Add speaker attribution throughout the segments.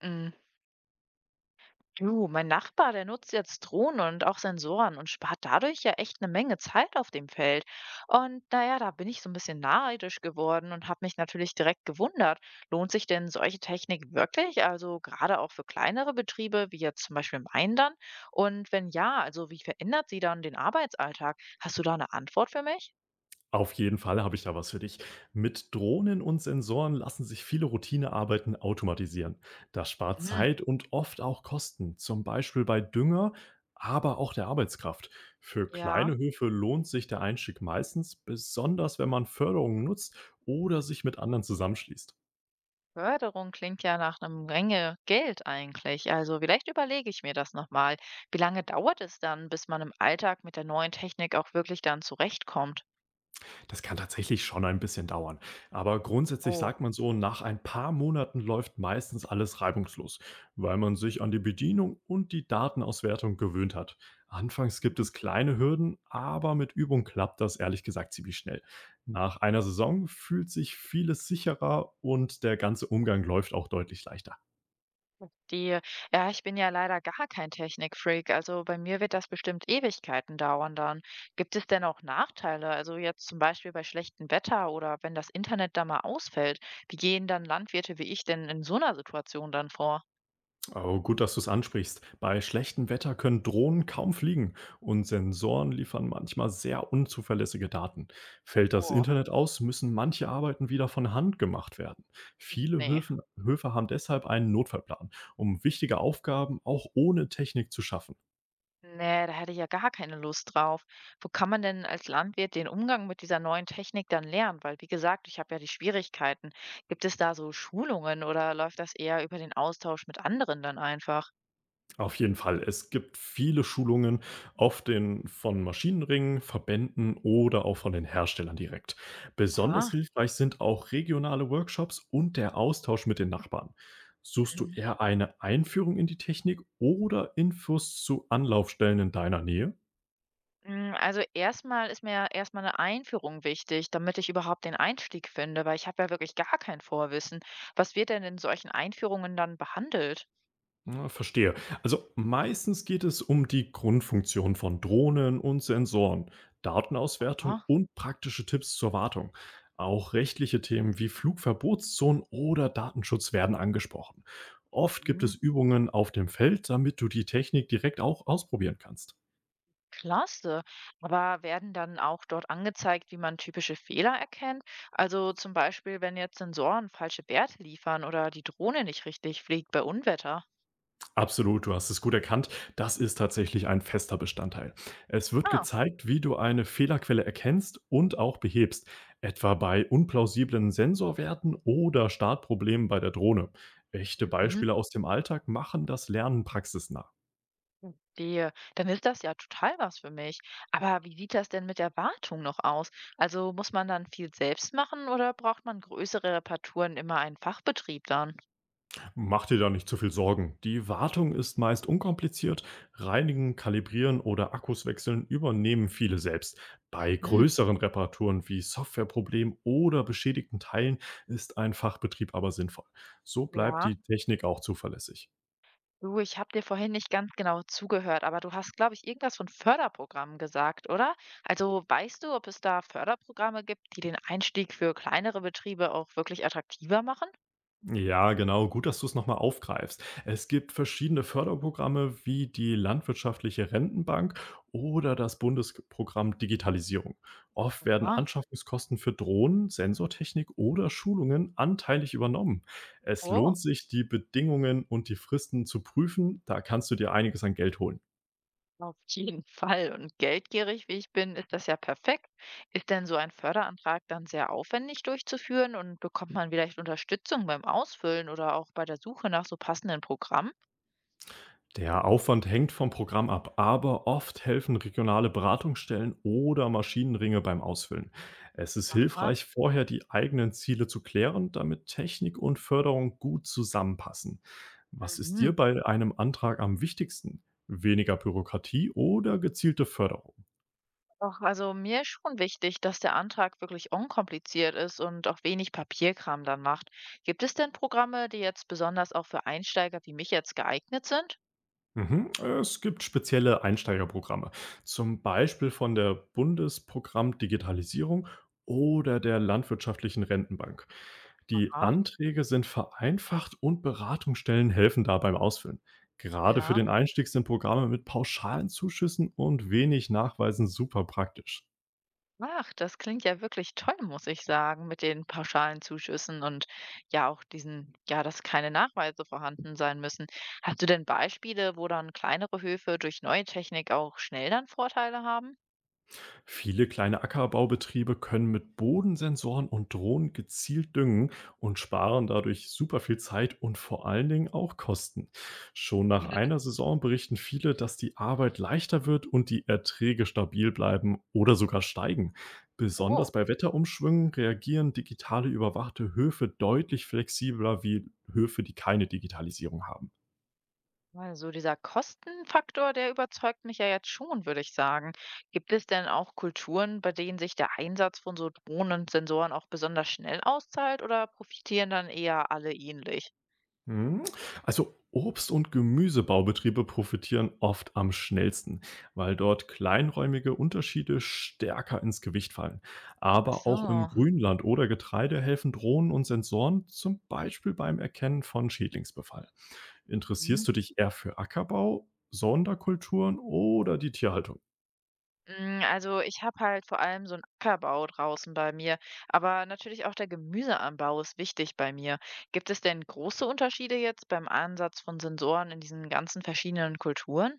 Speaker 1: Mm. Du, mein Nachbar, der nutzt jetzt Drohnen und auch Sensoren und spart dadurch ja echt eine Menge Zeit auf dem Feld. Und naja, da bin ich so ein bisschen neidisch geworden und habe mich natürlich direkt gewundert, lohnt sich denn solche Technik wirklich? Also gerade auch für kleinere Betriebe, wie jetzt zum Beispiel meinen dann? Und wenn ja, also wie verändert sie dann den Arbeitsalltag? Hast du da eine Antwort für mich?
Speaker 2: Auf jeden Fall habe ich da was für dich. Mit Drohnen und Sensoren lassen sich viele Routinearbeiten automatisieren. Das spart
Speaker 1: Mhm.
Speaker 2: Zeit und oft auch Kosten, zum Beispiel bei Dünger, aber auch der Arbeitskraft. Für
Speaker 1: Ja.
Speaker 2: kleine Höfe lohnt sich der Einstieg meistens, besonders wenn man Förderungen nutzt oder sich mit anderen zusammenschließt.
Speaker 1: Förderung klingt ja nach 'nem Menge Geld eigentlich. Also, vielleicht überlege ich mir das noch mal. Wie lange dauert es dann, bis man im Alltag mit der neuen Technik auch wirklich dann zurechtkommt?
Speaker 2: Das kann tatsächlich schon ein bisschen dauern. Aber grundsätzlich
Speaker 1: Oh,
Speaker 2: sagt man so, nach ein paar Monaten läuft meistens alles reibungslos, weil man sich an die Bedienung und die Datenauswertung gewöhnt hat. Anfangs gibt
Speaker 1: mhm.
Speaker 2: es kleine Hürden, aber mit Übung klappt das ehrlich gesagt ziemlich schnell. Nach einer Saison fühlt sich vieles sicherer und der ganze Umgang läuft auch deutlich leichter.
Speaker 1: Die ja, ich bin ja leider gar kein Technikfreak, also, bei mir wird das bestimmt Ewigkeiten dauern dann. Gibt es denn auch Nachteile? Also, jetzt zum Beispiel bei schlechtem Wetter oder wenn das Internet da mal ausfällt. Wie gehen dann Landwirte wie ich denn in so einer Situation dann vor?
Speaker 2: Oh, gut, dass du es ansprichst. Bei schlechtem Wetter können Drohnen kaum fliegen und Sensoren liefern manchmal sehr unzuverlässige Daten. Fällt das
Speaker 1: Oh,
Speaker 2: Internet aus, müssen manche Arbeiten wieder von Hand gemacht werden. Viele
Speaker 1: nee.
Speaker 2: Höfen, Höfe haben deshalb einen Notfallplan, um wichtige Aufgaben auch ohne Technik zu schaffen.
Speaker 1: Ne, da hätte ich ja gar keine Lust drauf. Wo kann man denn als Landwirt den Umgang mit dieser neuen Technik dann lernen? Weil, wie gesagt, ich habe ja die Schwierigkeiten. Gibt es da so Schulungen oder läuft das eher über den Austausch mit anderen dann einfach?
Speaker 2: Auf jeden Fall. Es gibt viele Schulungen, von Maschinenringen, Verbänden oder auch von den Herstellern direkt. Besonders
Speaker 1: Aha.
Speaker 2: hilfreich sind auch regionale Workshops und der Austausch mit den Nachbarn. Suchst du
Speaker 1: Mhm.
Speaker 2: eher eine Einführung in die Technik oder Infos zu Anlaufstellen in deiner Nähe?
Speaker 1: Mm, also erstmal ist mir ja erstmal eine Einführung wichtig, damit ich überhaupt den Einstieg finde, weil ich habe ja wirklich gar kein Vorwissen. Was wird denn in solchen Einführungen dann behandelt?
Speaker 2: Ja, verstehe. Also meistens geht es um die Grundfunktion von Drohnen und Sensoren, Datenauswertung
Speaker 1: Aha.
Speaker 2: und praktische Tipps zur Wartung. Auch rechtliche Themen wie Flugverbotszonen oder Datenschutz werden angesprochen. Oft gibt es Übungen auf dem Feld, damit du die Technik direkt auch ausprobieren kannst.
Speaker 1: Klasse. Aber werden dann auch dort angezeigt, wie man typische Fehler erkennt? Also zum Beispiel, wenn jetzt Sensoren falsche Werte liefern oder die Drohne nicht richtig fliegt bei Unwetter.
Speaker 2: Absolut, du hast es gut erkannt. Das ist tatsächlich ein fester Bestandteil. Es wird
Speaker 1: Ah,
Speaker 2: gezeigt, wie du eine Fehlerquelle erkennst und auch behebst, etwa bei unplausiblen Sensorwerten oder Startproblemen bei der Drohne. Echte
Speaker 1: mhm.
Speaker 2: Beispiele aus dem Alltag machen das Lernen praxisnah.
Speaker 1: Die, dann ist das ja total was für mich. Aber wie sieht das denn mit der Wartung noch aus? Also muss man dann viel selbst machen oder braucht man größere Reparaturen immer einen Fachbetrieb dann?
Speaker 2: Mach dir da nicht zu viel Sorgen. Die Wartung ist meist unkompliziert. Reinigen, kalibrieren oder Akkus wechseln übernehmen viele selbst. Bei
Speaker 1: Mhm.
Speaker 2: größeren Reparaturen wie Softwareproblemen oder beschädigten Teilen ist ein Fachbetrieb aber sinnvoll. So bleibt
Speaker 1: Ja.
Speaker 2: die Technik auch zuverlässig.
Speaker 1: Du, ich habe dir vorhin nicht ganz genau zugehört, aber du hast, glaube ich, irgendwas von Förderprogrammen gesagt, oder? Also weißt du, ob es da Förderprogramme gibt, die den Einstieg für kleinere Betriebe auch wirklich attraktiver machen?
Speaker 2: Ja, genau. Gut, dass du es nochmal aufgreifst. Es gibt verschiedene Förderprogramme wie die Landwirtschaftliche Rentenbank oder das Bundesprogramm Digitalisierung. Oft werden
Speaker 1: Ah,
Speaker 2: Anschaffungskosten für Drohnen, Sensortechnik oder Schulungen anteilig übernommen. Es
Speaker 1: oh,
Speaker 2: lohnt sich, die Bedingungen und die Fristen zu prüfen. Da kannst du dir einiges an Geld holen.
Speaker 1: auf jeden Fall. Und geldgierig, wie ich bin, ist das ja perfekt. Ist denn so ein Förderantrag dann sehr aufwendig durchzuführen und bekommt man vielleicht Unterstützung beim Ausfüllen oder auch bei der Suche nach so passenden Programmen?
Speaker 2: Der Aufwand hängt vom Programm ab, aber oft helfen regionale Beratungsstellen oder Maschinenringe beim Ausfüllen. Es ist
Speaker 1: Aha,
Speaker 2: hilfreich, vorher die eigenen Ziele zu klären, damit Technik und Förderung gut zusammenpassen. Was ist
Speaker 1: mhm.
Speaker 2: dir bei einem Antrag am wichtigsten? Weniger Bürokratie oder gezielte Förderung?
Speaker 1: Doch, also mir ist schon wichtig, dass der Antrag wirklich unkompliziert ist und auch wenig Papierkram dann macht. Gibt es denn Programme, die jetzt besonders auch für Einsteiger wie mich jetzt geeignet sind?
Speaker 2: Mhm. Es gibt spezielle Einsteigerprogramme, zum Beispiel von der Bundesprogramm Digitalisierung oder der Landwirtschaftlichen Rentenbank. Die
Speaker 1: Ah,
Speaker 2: Anträge sind vereinfacht und Beratungsstellen helfen da beim Ausfüllen. Gerade für
Speaker 1: ja.
Speaker 2: den Einstieg sind Programme mit pauschalen Zuschüssen und wenig Nachweisen super praktisch.
Speaker 1: Ach, das klingt ja wirklich toll, muss ich sagen, mit den pauschalen Zuschüssen und ja auch diesen, ja, dass keine Nachweise vorhanden sein müssen. Hast du denn Beispiele, wo dann kleinere Höfe durch neue Technik auch schnell dann Vorteile haben?
Speaker 2: Viele kleine Ackerbaubetriebe können mit Bodensensoren und Drohnen gezielt düngen und sparen dadurch super viel Zeit und vor allen Dingen auch Kosten. Schon nach einer Saison berichten viele, dass die Arbeit leichter wird und die Erträge stabil bleiben oder sogar steigen.
Speaker 1: Oh.
Speaker 2: Besonders bei Wetterumschwüngen reagieren digitale überwachte Höfe deutlich flexibler wie Höfe, die keine Digitalisierung haben.
Speaker 1: Also dieser Kostenfaktor, der überzeugt mich ja jetzt schon, würde ich sagen. Gibt es denn auch Kulturen, bei denen sich der Einsatz von so Drohnen und Sensoren auch besonders schnell auszahlt oder profitieren dann eher alle ähnlich?
Speaker 2: Mhm. Also Obst- und Gemüsebaubetriebe profitieren oft am schnellsten, weil dort kleinräumige Unterschiede stärker ins Gewicht fallen.
Speaker 1: Ach
Speaker 2: Aber auch im
Speaker 1: so.
Speaker 2: Grünland oder Getreide helfen Drohnen und Sensoren, zum Beispiel beim Erkennen von Schädlingsbefall.
Speaker 1: Mhm.
Speaker 2: Interessierst du dich eher für Ackerbau, Sonderkulturen oder die Tierhaltung?
Speaker 1: Mm, also ich habe halt vor allem so einen Ackerbau draußen bei mir, aber natürlich auch der Gemüseanbau ist wichtig bei mir. Gibt es denn große Unterschiede jetzt beim Einsatz von Sensoren in diesen ganzen verschiedenen Kulturen?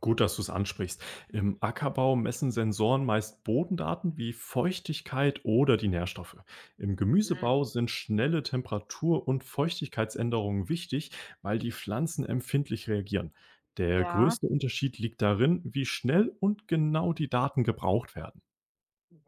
Speaker 2: Gut, dass du es ansprichst. Im Ackerbau messen Sensoren meist Bodendaten wie Feuchtigkeit oder die Nährstoffe. Im
Speaker 1: Mhm.
Speaker 2: Gemüsebau sind schnelle Temperatur- und Feuchtigkeitsänderungen wichtig, weil die Pflanzen empfindlich reagieren. Der
Speaker 1: Ja.
Speaker 2: größte Unterschied liegt darin, wie schnell und genau die Daten gebraucht werden.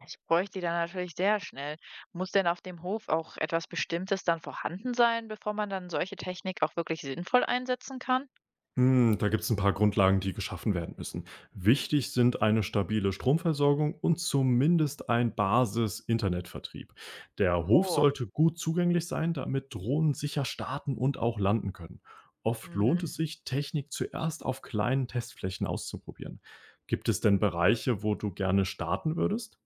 Speaker 1: Ich bräuchte die dann natürlich sehr schnell. Muss denn auf dem Hof auch etwas Bestimmtes dann vorhanden sein, bevor man dann solche Technik auch wirklich sinnvoll einsetzen kann?
Speaker 2: Hm, da gibt es ein paar Grundlagen, die geschaffen werden müssen. Wichtig sind eine stabile Stromversorgung und zumindest ein Basis-Internetvertrieb. Der Hof
Speaker 1: Oh,
Speaker 2: sollte gut zugänglich sein, damit Drohnen sicher starten und auch landen können. Oft lohnt es
Speaker 1: mhm.
Speaker 2: sich, Technik zuerst auf kleinen Testflächen auszuprobieren. Gibt es denn Bereiche, wo du gerne starten würdest?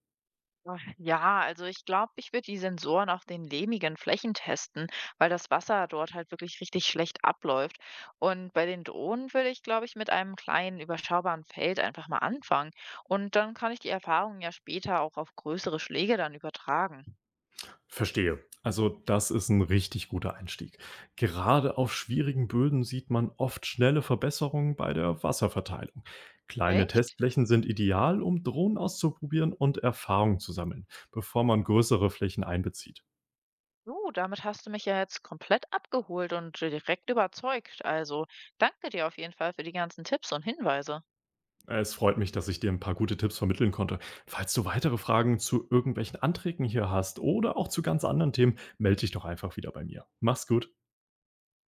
Speaker 1: Ach, ja, also ich glaube, ich würde die Sensoren auf den lehmigen Flächen testen, weil das Wasser dort halt wirklich richtig schlecht abläuft. Und bei den Drohnen würde ich, glaube ich, mit einem kleinen, überschaubaren Feld einfach mal anfangen. Und dann kann ich die Erfahrungen ja später auch auf größere Schläge dann übertragen.
Speaker 2: Verstehe. Also das ist ein richtig guter Einstieg. Gerade auf schwierigen Böden sieht man oft schnelle Verbesserungen bei der Wasserverteilung. Kleine
Speaker 1: Echt?
Speaker 2: Testflächen sind ideal, um Drohnen auszuprobieren und Erfahrung zu sammeln, bevor man größere Flächen einbezieht.
Speaker 1: Du, damit hast du mich ja jetzt komplett abgeholt und direkt überzeugt. Also danke dir auf jeden Fall für die ganzen Tipps und Hinweise.
Speaker 2: Es freut mich, dass ich dir ein paar gute Tipps vermitteln konnte. Falls du weitere Fragen zu irgendwelchen Anträgen hier hast oder auch zu ganz anderen Themen, melde dich doch einfach wieder bei mir. Mach's gut.